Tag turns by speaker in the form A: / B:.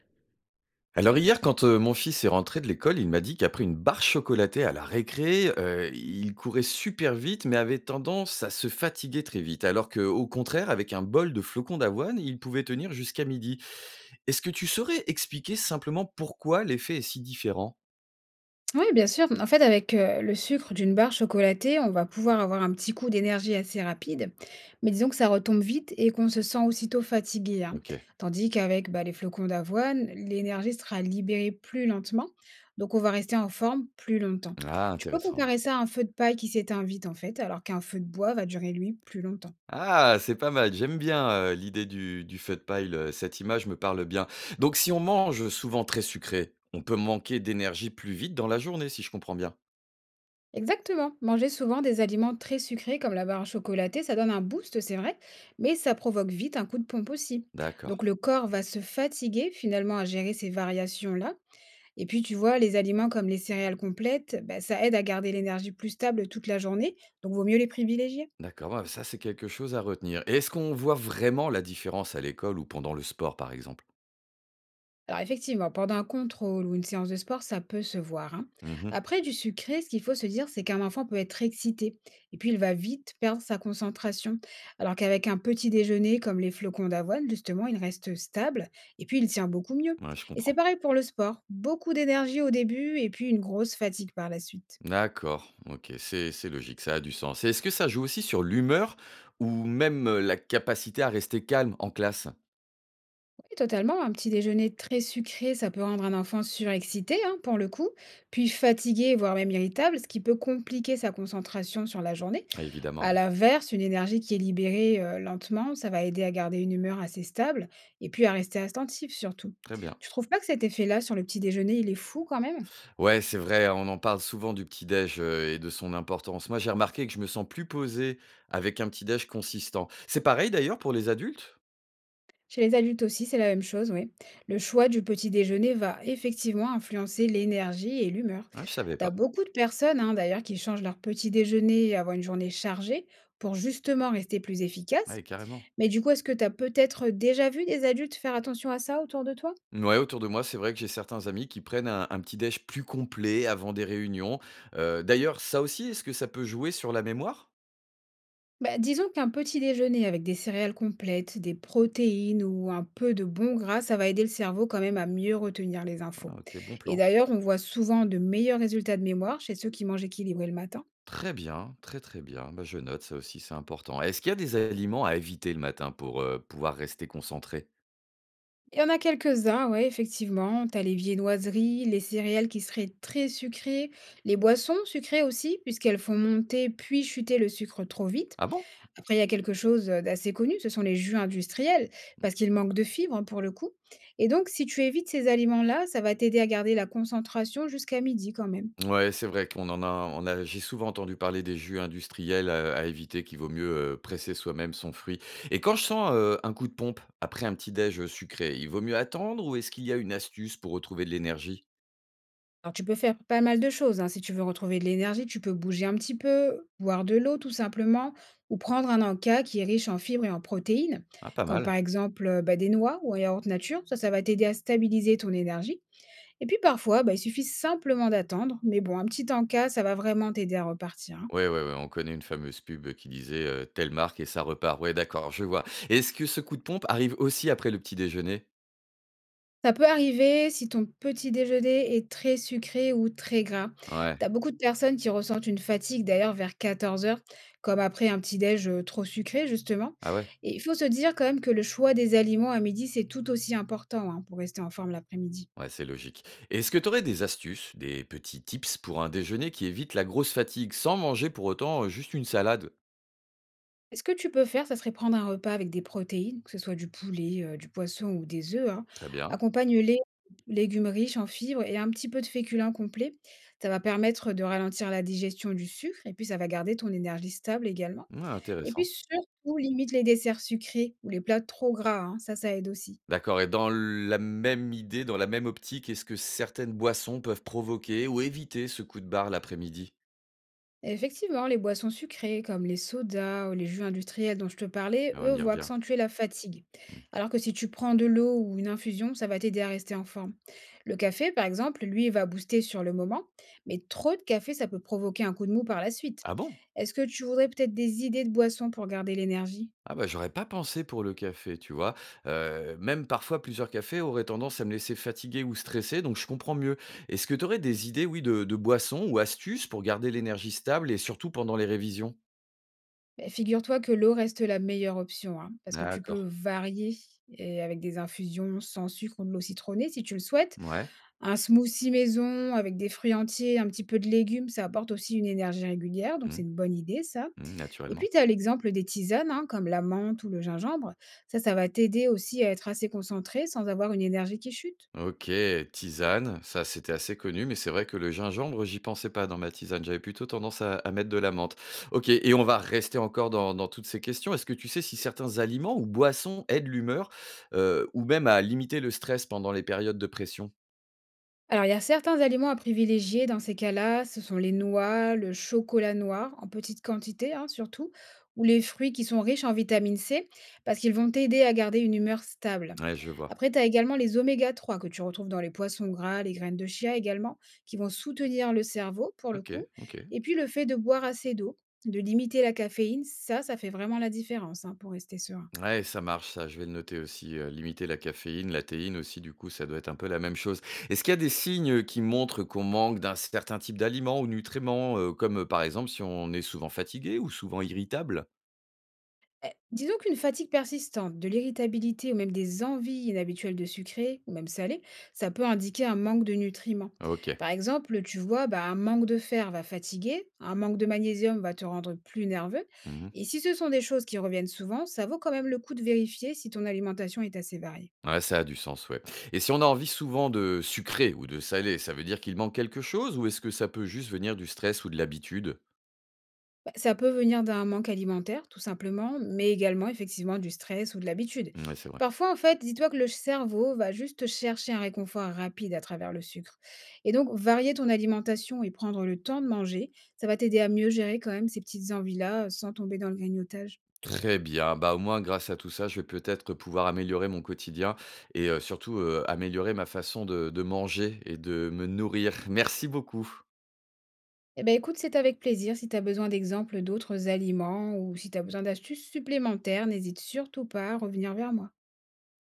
A: Alors hier, quand mon fils est rentré de l'école, il m'a dit qu'après une barre chocolatée à la récré, il courait super vite, mais avait tendance à se fatiguer très vite, alors que, au contraire, avec un bol de flocons d'avoine, il pouvait tenir jusqu'à midi. Est-ce que tu saurais expliquer simplement pourquoi l'effet est si différent?
B: Oui, bien sûr. En fait, avec le sucre d'une barre chocolatée, on va pouvoir avoir un petit coup d'énergie assez rapide, mais disons que ça retombe vite et qu'on se sent aussitôt fatigué, hein.
A: Ok.
B: Tandis qu'avec les flocons d'avoine, l'énergie sera libérée plus lentement, donc on va rester en forme plus longtemps.
A: Ah,
B: Tu peux
A: intéressant.
B: comparer ça à un feu de paille qui s'éteint vite, en fait, alors qu'un feu de bois va durer, lui, plus longtemps.
A: Ah, c'est pas mal. J'aime bien l'idée du feu de paille. Cette image me parle bien. Donc, si on mange souvent très sucré, on peut manquer d'énergie plus vite dans la journée, si je comprends bien.
B: Exactement. Manger souvent des aliments très sucrés comme la barre chocolatée, ça donne un boost, c'est vrai, mais ça provoque vite un coup de pompe aussi.
A: D'accord.
B: Donc le corps va se fatiguer finalement à gérer ces variations-là. Et puis tu vois, les aliments comme les céréales complètes, bah, ça aide à garder l'énergie plus stable toute la journée, donc vaut mieux les privilégier.
A: D'accord, ouais, ça c'est quelque chose à retenir. Et est-ce qu'on voit vraiment la différence à l'école ou pendant le sport, par exemple?
B: Alors effectivement, pendant un contrôle ou une séance de sport, ça peut se voir, hein.
A: Mmh.
B: Après du sucré, ce qu'il faut se dire, c'est qu'un enfant peut être excité et puis il va vite perdre sa concentration. Alors qu'avec un petit déjeuner comme les flocons d'avoine, justement, il reste stable et puis il tient beaucoup mieux.
A: Ouais, je
B: Et c'est
A: comprends.
B: pareil pour le sport. Beaucoup d'énergie au début et puis une grosse fatigue par la suite.
A: D'accord, OK, c'est logique, ça a du sens. Et est-ce que ça joue aussi sur l'humeur ou même, la capacité à rester calme en classe?
B: Oui, totalement. Un petit déjeuner très sucré, ça peut rendre un enfant surexcité, hein, pour le coup, puis fatigué, voire même irritable, ce qui peut compliquer sa concentration sur la journée.
A: Ah évidemment,
B: À
A: ouais.
B: l'inverse, une énergie qui est libérée lentement, ça va aider à garder une humeur assez stable et puis à rester attentif surtout.
A: Très bien.
B: Tu trouves pas que cet effet-là sur le petit déjeuner, il est fou quand même?
A: Ouais, c'est vrai, on en parle souvent du petit-déj, et de son importance. Moi, j'ai remarqué que je me sens plus posé avec un petit-déj consistant. C'est pareil d'ailleurs pour les adultes?
B: Chez les adultes aussi, c'est la même chose, oui. Le choix du petit déjeuner va effectivement influencer l'énergie et l'humeur.
A: Ah, je savais
B: T'as
A: pas.
B: beaucoup de personnes hein, d'ailleurs qui changent leur petit déjeuner avant une journée chargée pour justement rester plus efficace.
A: Ouais, carrément.
B: Mais du coup, est-ce que tu as peut-être déjà vu des adultes faire attention à ça autour de toi?
A: Ouais, autour de moi, c'est vrai que j'ai certains amis qui prennent un petit déj plus complet avant des réunions. D'ailleurs, ça aussi, est-ce que ça peut jouer sur la mémoire?
B: Bah, disons qu'un petit déjeuner avec des céréales complètes, des protéines ou un peu de bon gras, ça va aider le cerveau quand même à mieux retenir les infos.
A: Ah OK, bon
B: Et
A: plan.
B: d'ailleurs, on voit souvent de meilleurs résultats de mémoire chez ceux qui mangent équilibré le matin.
A: Très bien, très, très bien. Bah, je note ça aussi, c'est important. Est-ce qu'il y a des aliments à éviter le matin pour, pouvoir rester concentré?
B: Il y en a quelques-uns, ouais, effectivement. T'as les viennoiseries, les céréales qui seraient très sucrées, les boissons sucrées aussi, puisqu'elles font monter puis chuter le sucre trop vite.
A: Ah bon?
B: Après, il y a quelque chose, d'assez connu, ce sont les jus industriels, parce qu'ils manquent de fibres, hein, pour le coup et donc si tu évites ces aliments-là, ça va t'aider à garder la concentration jusqu'à midi, quand même.
A: Ouais, c'est vrai qu'on en a on a j'ai souvent entendu parler des jus industriels, à éviter, qu'il vaut mieux, presser soi-même son fruit. Et quand je sens, un coup de pompe après un petit déj, sucré, il vaut mieux attendre ou est-ce qu'il y a une astuce pour retrouver de l'énergie?
B: Alors tu peux faire pas mal de choses, hein, si tu veux retrouver de l'énergie, tu peux bouger un petit peu, boire de l'eau tout simplement ou prendre un encas qui est riche en fibres et en protéines,
A: Ah, pas
B: comme
A: mal.
B: par exemple, des noix ou un yaourt nature. Ça va t'aider à stabiliser ton énergie et puis parfois, bah, il suffit simplement d'attendre, mais bon, un petit encas, ça va vraiment t'aider à repartir, hein.
A: Ouais, ouais, ouais, on connaît une fameuse pub, qui disait, «Telle marque et ça repart». Ouais, d'accord, je vois. Est-ce que ce coup de pompe arrive aussi après le petit déjeuner?
B: Ça peut arriver si ton petit déjeuner est très sucré ou très gras.
A: Ouais.
B: T'as beaucoup de personnes qui ressentent une fatigue d'ailleurs vers 14 heures, comme après un petit déj trop sucré justement.
A: Ah ouais?
B: Et il faut se dire quand même que le choix des aliments à midi, c'est tout aussi important hein, pour rester en forme l'après-midi.
A: Ouais, c'est logique. Est-ce que tu aurais des astuces, des petits tips pour un déjeuner qui évite la grosse fatigue, sans manger pour autant, juste une salade?
B: Et ce que tu peux faire, ça serait prendre un repas avec des protéines, que ce soit du poulet, du poisson ou des œufs, hein.
A: Très bien.
B: Accompagne-les de légumes riches en fibres et un petit peu de féculents complet. Ça va permettre de ralentir la digestion du sucre et puis ça va garder ton énergie stable également.
A: Mmh,
B: Et puis
A: intéressant.
B: surtout, limite les desserts sucrés ou les plats trop gras, hein, ça aide aussi.
A: D'accord, et dans la même idée, dans la même optique, est-ce que certaines boissons peuvent provoquer ou éviter ce coup de barre l'après-midi?
B: Effectivement, les boissons sucrées comme les sodas ou les jus industriels dont je te parlais,
A: On
B: eux,
A: y
B: vont
A: revient.
B: accentuer la fatigue.
A: Mmh.
B: Alors que si tu prends de l'eau ou une infusion, ça va t'aider à rester en forme. Le café, par exemple, lui, il va booster sur le moment, mais trop de café, ça peut provoquer un coup de mou par la suite.
A: Ah bon?
B: Est-ce que tu voudrais peut-être des idées de boissons pour garder l'énergie?
A: Ah bah, j'aurais pas pensé pour le café, tu vois? Même parfois plusieurs cafés auraient tendance à me laisser fatigué ou stressé, donc je comprends mieux. Est-ce que tu aurais des idées, oui, de boissons ou astuces pour garder l'énergie stable et surtout pendant les révisions?
B: Ben, figure-toi que l'eau reste la meilleure option, hein, parce que tu
A: D'accord.
B: peux varier et avec des infusions sans sucre ou de l'eau citronnée si tu le souhaites.
A: Ouais.
B: Un smoothie maison avec des fruits entiers, un petit peu de légumes, ça apporte aussi une énergie régulière, donc c'est
A: Mmh.
B: une bonne idée ça.
A: Mmh,
B: Et puis
A: naturellement.
B: tu as l'exemple des tisanes, hein, comme la menthe ou le gingembre. Ça va t'aider aussi à être assez concentré sans avoir une énergie qui chute.
A: OK, tisane, ça c'était assez connu, mais c'est vrai que le gingembre, j'y pensais pas dans ma tisane. J'avais plutôt tendance à mettre de la menthe. OK, et on va rester encore dans, dans toutes ces questions. Est-ce que tu sais si certains aliments ou boissons aident l'humeur ou même à limiter le stress pendant les périodes de pression?
B: Alors, il y a certains aliments à privilégier dans ces cas-là, ce sont les noix, le chocolat noir, en petite quantité hein, surtout, ou les fruits qui sont riches en vitamine C, parce qu'ils vont t'aider à garder une humeur stable.
A: Ouais, je vois.
B: Après, tu as également les oméga 3 que tu retrouves dans les poissons gras, les graines de chia également, qui vont soutenir le cerveau pour le
A: OK,
B: coup.
A: OK.
B: Et puis le fait de boire assez d'eau, de limiter la caféine, ça fait vraiment la différence hein, pour rester serein.
A: Ouais, ça marche, ça, je vais le noter aussi. Limiter la caféine, la théine aussi, du coup, ça doit être un peu la même chose. Est-ce qu'il y a des signes qui montrent qu'on manque d'un certain type d'aliments ou nutriments, comme par exemple si on est souvent fatigué ou souvent irritable?
B: Eh, disons qu'une fatigue persistante, de l'irritabilité ou même des envies inhabituelles de sucré ou même salé, ça peut indiquer un manque de nutriments.
A: Ok.
B: Par exemple, tu vois, bah, un manque de fer va fatiguer, un manque de magnésium va te rendre plus nerveux.
A: Mhm.
B: Et si ce sont des choses qui reviennent souvent, ça vaut quand même le coup de vérifier si ton alimentation est assez variée.
A: Ouais, ça a du sens, ouais. Et si on a envie souvent de sucré ou de salé, ça veut dire qu'il manque quelque chose ou est-ce que ça peut juste venir du stress ou de l'habitude?
B: Ça peut venir d'un manque alimentaire, tout simplement, mais également effectivement du stress ou de l'habitude.
A: Mmh, ouais, c'est vrai.
B: Parfois, en fait, dis-toi que le cerveau va juste chercher un réconfort rapide à travers le sucre. Et donc, varier ton alimentation et prendre le temps de manger, ça va t'aider à mieux gérer quand même ces petites envies-là sans tomber dans le grignotage.
A: Très bien. Bah, au moins, grâce à tout ça, je vais peut-être pouvoir améliorer mon quotidien et, surtout, améliorer ma façon de manger et de me nourrir. Merci beaucoup.
B: Eh ben écoute, c'est avec plaisir. Si tu as besoin d'exemples d'autres aliments ou si tu as besoin d'astuces supplémentaires, n'hésite surtout pas à revenir vers moi.